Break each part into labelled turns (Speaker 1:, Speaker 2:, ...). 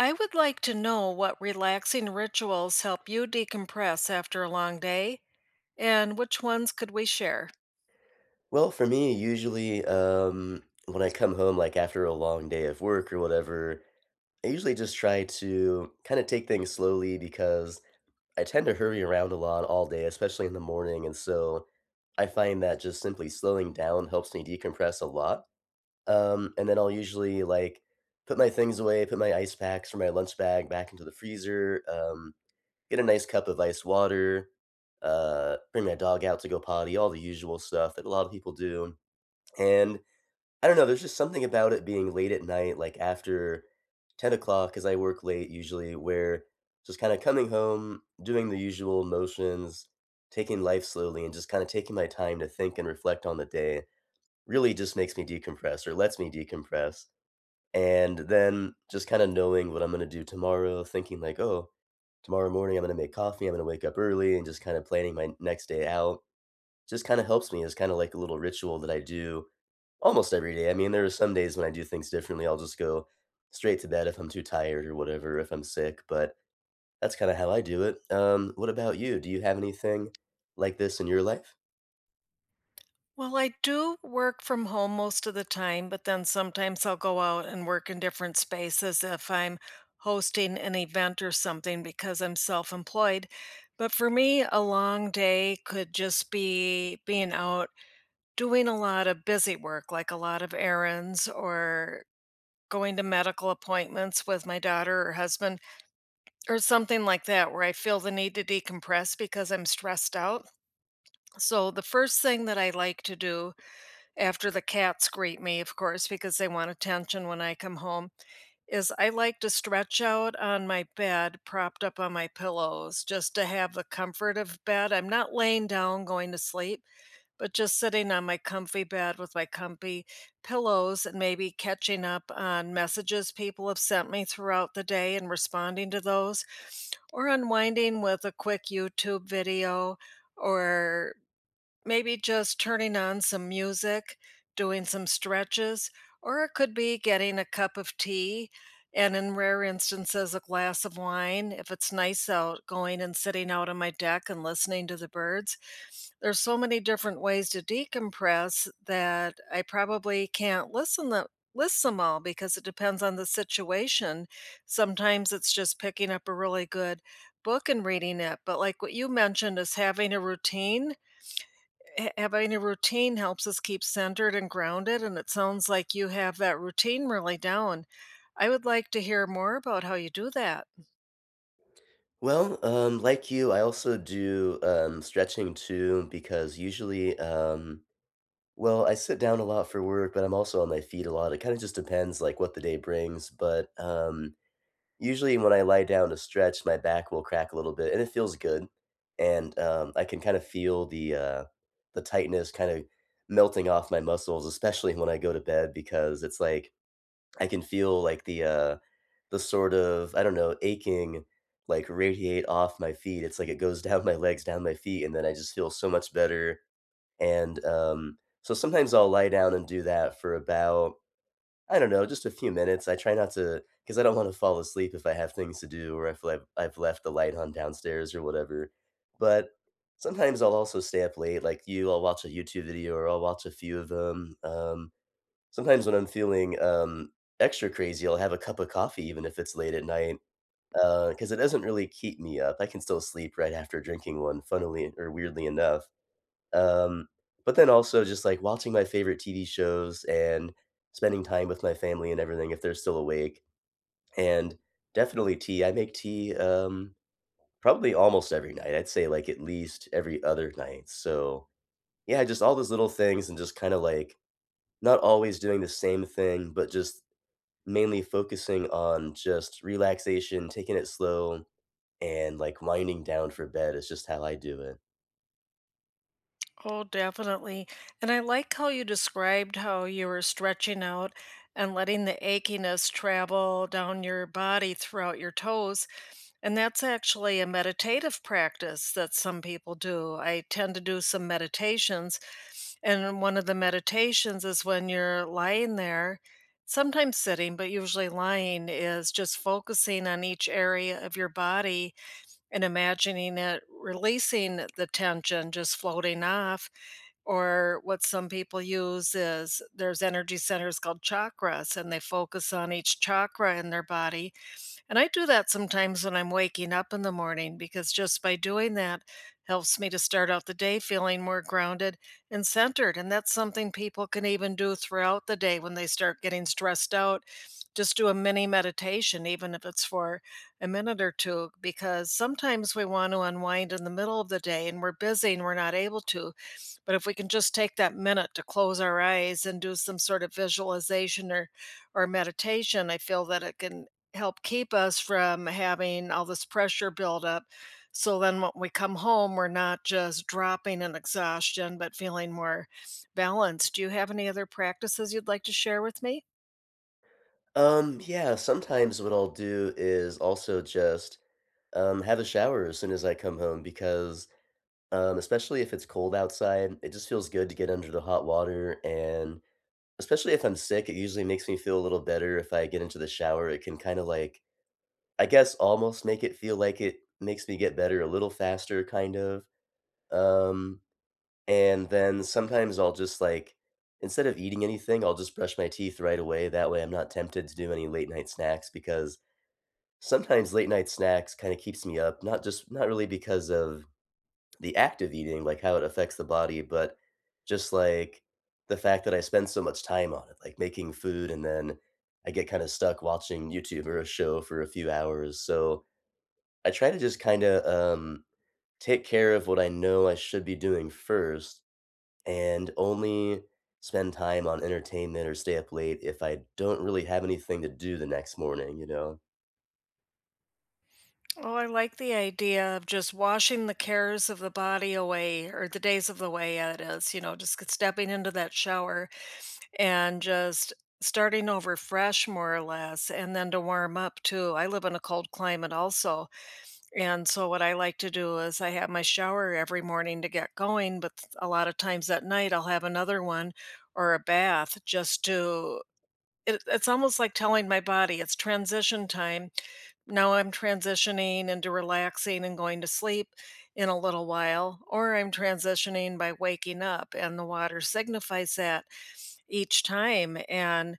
Speaker 1: I would like to know what relaxing rituals help you decompress after a long day and which ones could we share?
Speaker 2: Well, for me, usually, when I come home, like, after a long day of work or whatever, I usually just try to kinda take things slowly because I tend to hurry around a lot all day, especially in the morning, and so I find that just simply slowing down helps me decompress a lot, and then I'll usually, like, put my things away, put my ice packs or my lunch bag back into the freezer, get a nice cup of iced water, bring my dog out to go potty, all the usual stuff that a lot of people do. And I don't know, there's just something about it being late at night, like after 10 o'clock, because I work late usually, where just kind of coming home, doing the usual motions, taking life slowly, and just kind of taking my time to think and reflect on the day really just makes me decompress or lets me decompress. And then just kind of knowing what I'm going to do tomorrow, thinking like, oh, tomorrow morning I'm going to make coffee, I'm going to wake up early, and just kind of planning my next day out just kind of helps me. It's kind of like a little ritual that I do almost every day. I mean, there are some days when I do things differently. I'll just go straight to bed if I'm too tired or whatever, if I'm sick, but that's kinda how I do it. What about you? Do you have anything like this in your life?
Speaker 1: Well, I do work from home most of the time, but then sometimes I'll go out and work in different spaces if I'm hosting an event or something because I'm self employed. But for me, a long day could just be being out doing a lot of busy work, like a lot of errands or going to medical appointments with my daughter or husband or something like that where I feel the need to decompress because I'm stressed out. So the first thing that I like to do, after the cats greet me, of course, because they want attention when I come home, is I like to stretch out on my bed, propped up on my pillows, just to have the comfort of bed. I'm not laying down going to sleep, but just sitting on my comfy bed with my comfy pillows and maybe catching up on messages people have sent me throughout the day and responding to those, or unwinding with a quick YouTube video, or maybe just turning on some music, doing some stretches, or it could be getting a cup of tea and, in rare instances, a glass of wine. If it's nice out, going and sitting out on my deck and listening to the birds. There's so many different ways to decompress that I probably can't list them all because it depends on the situation. Sometimes it's just picking up a really good book and reading it, but like what you mentioned, is having a routine, having a routine helps us keep centered and grounded, and it sounds like you have that routine really down. I would like to hear more about how you do that.
Speaker 2: Well, like you, I also do, stretching too because usually, well, I sit down a lot for work, but I'm also on my feet a lot. It kinda just depends, like, what the day brings, but usually when I lie down to stretch, my back will crack a little bit, and it feels good, and, I can kind of feel the tightness kind of melting off my muscles, especially when I go to bed because it's like I can feel, like, the sort of, I don't know, aching, like, radiate off my feet. It's like it goes down my legs, down my feet, and then I just feel so much better, and, so sometimes I'll lie down and do that for about I don't know, just a few minutes. I try not to because I don't wanna fall asleep if I have things to do or if I've left the light on downstairs or whatever. But sometimes I'll also stay up late, like you, I'll watch a YouTube video or I'll watch a few of 'em. Sometimes when I'm feeling, extra crazy, I'll have a cup of coffee even if it's late at night, because it doesn't really keep me up. I can still sleep right after drinking one, funnily or weirdly enough. Um, but then also just, like, watching my favorite TV shows and spending time with my family and everything if they're still awake, and definitely tea. I make tea, probably almost every night. I'd say, like, at least every other night. So, yeah, just all those little things and just kinda, like, not always doing the same thing, but just mainly focusing on just relaxation, taking it slow, and, like, winding down for bed is just how I do it.
Speaker 1: Oh, definitely. And I like how you described how you were stretching out and letting the achiness travel down your body throughout your toes. And that's actually a meditative practice that some people do. I tend to do some meditations, and one of the meditations is when you're lying there, sometimes sitting, but usually lying, is just focusing on each area of your body and imagining it releasing the tension, just floating off. Or what some people use is there's energy centers called chakras, and they focus on each chakra in their body, and I do that sometimes when I'm waking up in the morning, because just by doing that helps me to start out the day feeling more grounded and centered. And that's something people can even do throughout the day when they start getting stressed out. Just do a mini meditation, even if it's for a minute or two, because sometimes we want to unwind in the middle of the day and we're busy and we're not able to. But if we can just take that minute to close our eyes and do some sort of visualization or meditation, I feel that it can help keep us from having all this pressure build up. So then when we come home, we're not just dropping in exhaustion, but feeling more balanced. Do you have any other practices you'd like to share with me?
Speaker 2: Yeah, sometimes what I'll do is also just, have a shower as soon as I come home because, especially if it's cold outside, it just feels good to get under the hot water. And especially if I'm sick, it usually makes me feel a little better if I get into the shower. It can kind of like, I guess, almost make it feel like it makes me get better a little faster, kind of. Um, and then sometimes I'll just like, instead of eating anything, I'll just brush my teeth right away. That way I'm not tempted to do any late night snacks because sometimes late night snacks kinda keeps me up, not just not really because of the act of eating, like how it affects the body, but just, like, the fact that I spend so much time on it, like, making food, and then I get kinda stuck watching YouTube or a show for a few hours, so I try to just kinda, take care of what I know I should be doing first and only spend time on entertainment or stay up late if I don't really have anything to do the next morning, you know?
Speaker 1: Oh, I like the idea of just washing the cares of the body away, or the days of the way, that is, you know, just stepping into that shower and just starting over fresh, more or less. And then, to warm up too, I live in a cold climate also, and so what I like to do is I have my shower every morning to get going, but a lot of times at night I'll have another one or a bath, it's almost like telling my body it's transition time. Now I'm transitioning into relaxing and going to sleep in a little while, or I'm transitioning by waking up, and the water signifies that each time. And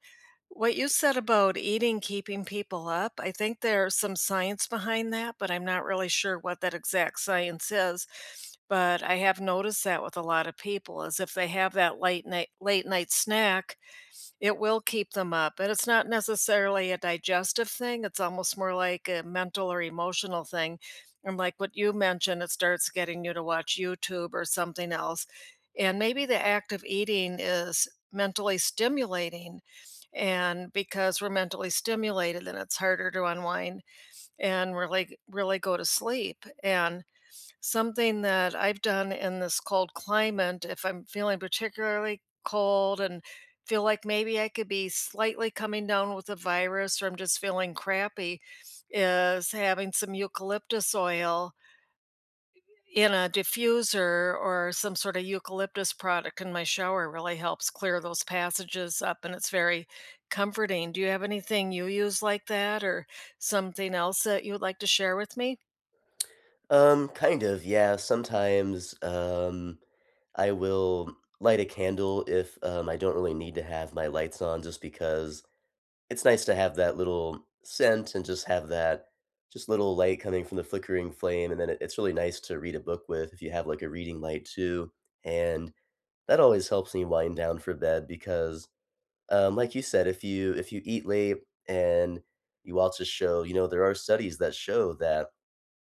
Speaker 1: what you said about eating keeping people up, I think there's some science behind that, but I'm not really sure what that exact science is. But I have noticed that with a lot of people is if they have that late night snack, it will keep them up, and it's not necessarily a digestive thing, it's almost more like a mental or emotional thing, and, like what you mentioned, it starts getting you to watch YouTube or something else, and maybe the act of eating is mentally stimulating, and because we're mentally stimulated, then it's harder to unwind and really really go to sleep. And something that I've done in this cold climate, if I'm feeling particularly cold and feel like maybe I could be slightly coming down with a virus or I'm just feeling crappy, is having some eucalyptus oil in a diffuser or some sort of eucalyptus product in my shower. Really helps clear those passages up, and it's very comforting. Do you have anything you use like that, or something else that you would like to share with me?
Speaker 2: Kind of, yeah. Sometimes, I will light a candle if, I don't really need to have my lights on just because it's nice to have that little scent and just have that just little light coming from the flickering flame, and then it's really nice to read a book with if you have, like, a reading light too, and that always helps me wind down for bed because, like you said, if you eat late and you watch a show, you know, there are studies that show that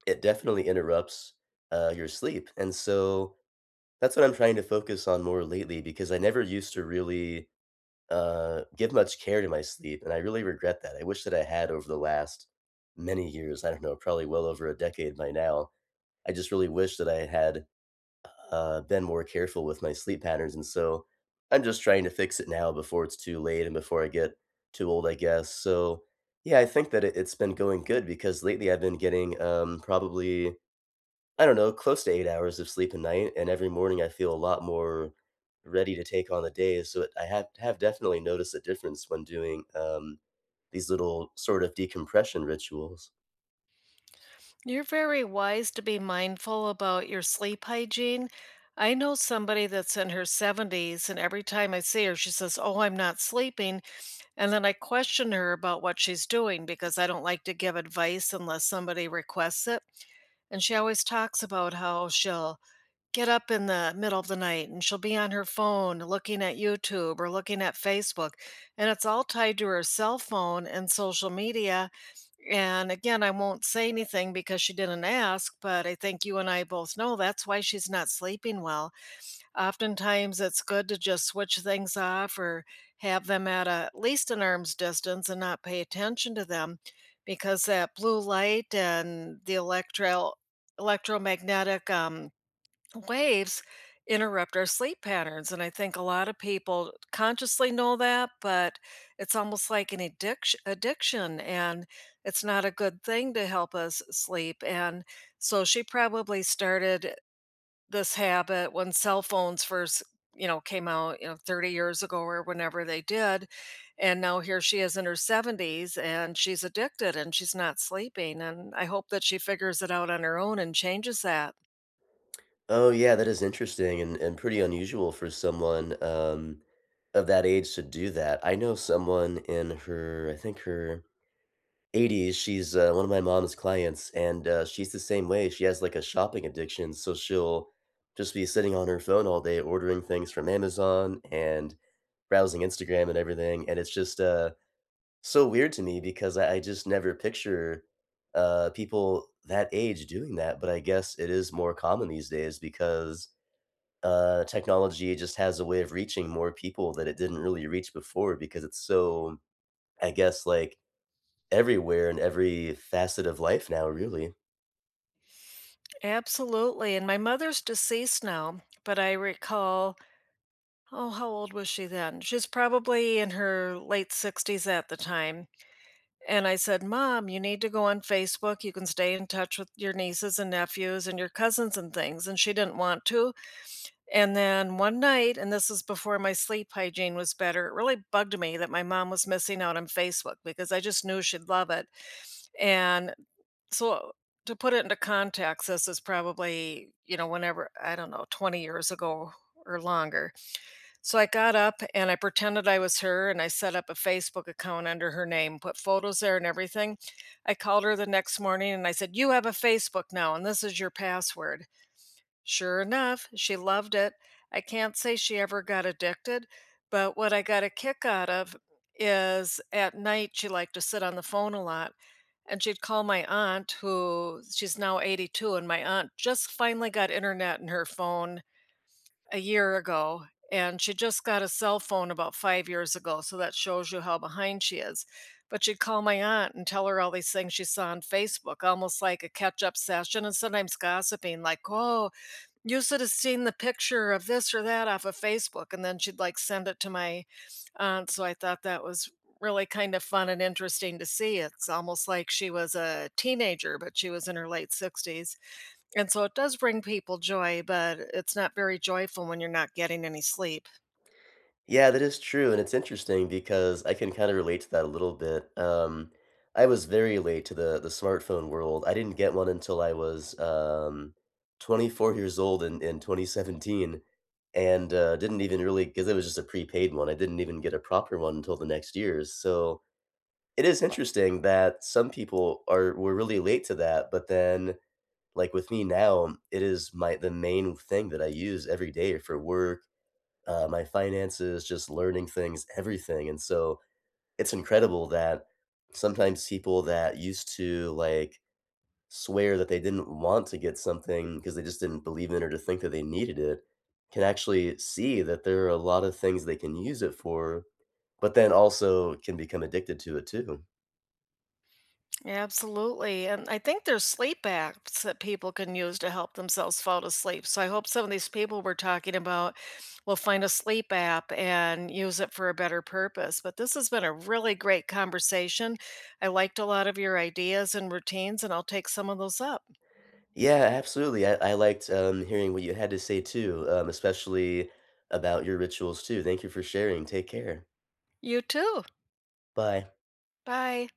Speaker 2: it definitely interrupts, your sleep, and so that's what I'm trying to focus on more lately because I never used to really, give much care to my sleep, and I really regret that. I wish that I had over the last many years, I don't know, probably well over a decade by now. I just really wish that I had, been more careful with my sleep patterns, and so I'm just trying to fix it now before it's too late and before I get too old, I guess, so, yeah, I think that it's been going good because lately I've been getting, probably I don't know, close to 8 hours of sleep a night, and every morning I feel a lot more ready to take on the day, so it I have definitely noticed a difference when doing, these little sort of decompression rituals.
Speaker 1: You're very wise to be mindful about your sleep hygiene. I know somebody that's in her 70s, and every time I see her, she says, "Oh, I'm not sleeping." And then I question her about what she's doing, because I don't like to give advice unless somebody requests it. And she always talks about how she'll get up in the middle of the night and she'll be on her phone looking at YouTube or looking at Facebook. And it's all tied to her cell phone and social media. And again, I won't say anything because she didn't ask, but I think you and I both know that's why she's not sleeping well. Oftentimes, it's good to just switch things off or have them at least an arm's distance and not pay attention to them, because that blue light and the electromagnetic waves interrupt our sleep patterns. And I think a lot of people consciously know that, but it's almost like an addiction, and it's not a good thing to help us sleep. And so she probably started this habit when cell phones first, you know, came out, you know, 30 years ago or whenever they did. And now here she is in her 70s, and she's addicted and she's not sleeping. And I hope that she figures it out on her own and changes that.
Speaker 2: Oh, yeah, that is interesting and pretty unusual for someone, of that age to do that. I know someone in her I think her 80s, she's, one of my mom's clients, and, she's the same way, she has, like, a shopping addiction, so she'll just be sitting on her phone all day ordering things from Amazon and browsing Instagram and everything, and it's just, so weird to me because I just never picture, people that age doing that, but I guess it is more common these days because, technology just has a way of reaching more people that it didn't really reach before because it's so, I guess, like, everywhere in every facet of life now, really.
Speaker 1: Absolutely. And my mother's deceased now, but I recall, oh, how old was she then? She's probably in her late 60s at the time, and I said, "Mom, you need to go on Facebook, you can stay in touch with your nieces and nephews and your cousins and things," and she didn't want to. And then one night, and this is before my sleep hygiene was better, it really bugged me that my mom was missing out on Facebook because I just knew she'd love it. And so, to put it into context, this is probably, you know, whenever, I don't know, 20 years ago or longer. So I got up and I pretended I was her and I set up a Facebook account under her name, put photos there and everything. I called her the next morning and I said, "You have a Facebook now, and this is your password." Sure enough, she loved it. I can't say she ever got addicted, but what I got a kick out of is at night she liked to sit on the phone a lot, and she'd call my aunt, who she's now 82, and my aunt just finally got internet in her phone a year ago, and she just got a cell phone about 5 years ago, so that shows you how behind she is. But she'd call my aunt and tell her all these things she saw on Facebook, almost like a catch up session, and sometimes gossiping, like, oh, you should have seen the picture of this or that off of Facebook, and then she'd, like, send it to my aunt. So I thought that was really kind of fun and interesting to see. It's almost like she was a teenager, but she was in her late 60s, and so it does bring people joy, but it's not very joyful when you're not getting any sleep.
Speaker 2: Yeah, that is true, and it's interesting because I can kind of relate to that a little bit. I was very late to the smartphone world. I didn't get one until I was 24 years old in 2017, and didn't even really because it was just a prepaid one. I didn't even get a proper one until the next year. So it is interesting that some people are were really late to that, but then like with me now, it is my the main thing that I use every day for work, my finances, just learning things, everything. And so it's incredible that sometimes people that used to like swear that they didn't want to get something because they just didn't believe in it or to think that they needed it can actually see that there are a lot of things they can use it for, but then also can become addicted to it too.
Speaker 1: Absolutely, and I think there's sleep apps that people can use to help themselves fall to sleep, so I hope some of these people we're talking about will find a sleep app and use it for a better purpose. But this has been a really great conversation. I liked a lot of your ideas and routines, and I'll take some of those up.
Speaker 2: Yeah, absolutely. I liked hearing what you had to say too, especially about your rituals too. Thank you for sharing. Take care.
Speaker 1: You too.
Speaker 2: Bye.
Speaker 1: Bye.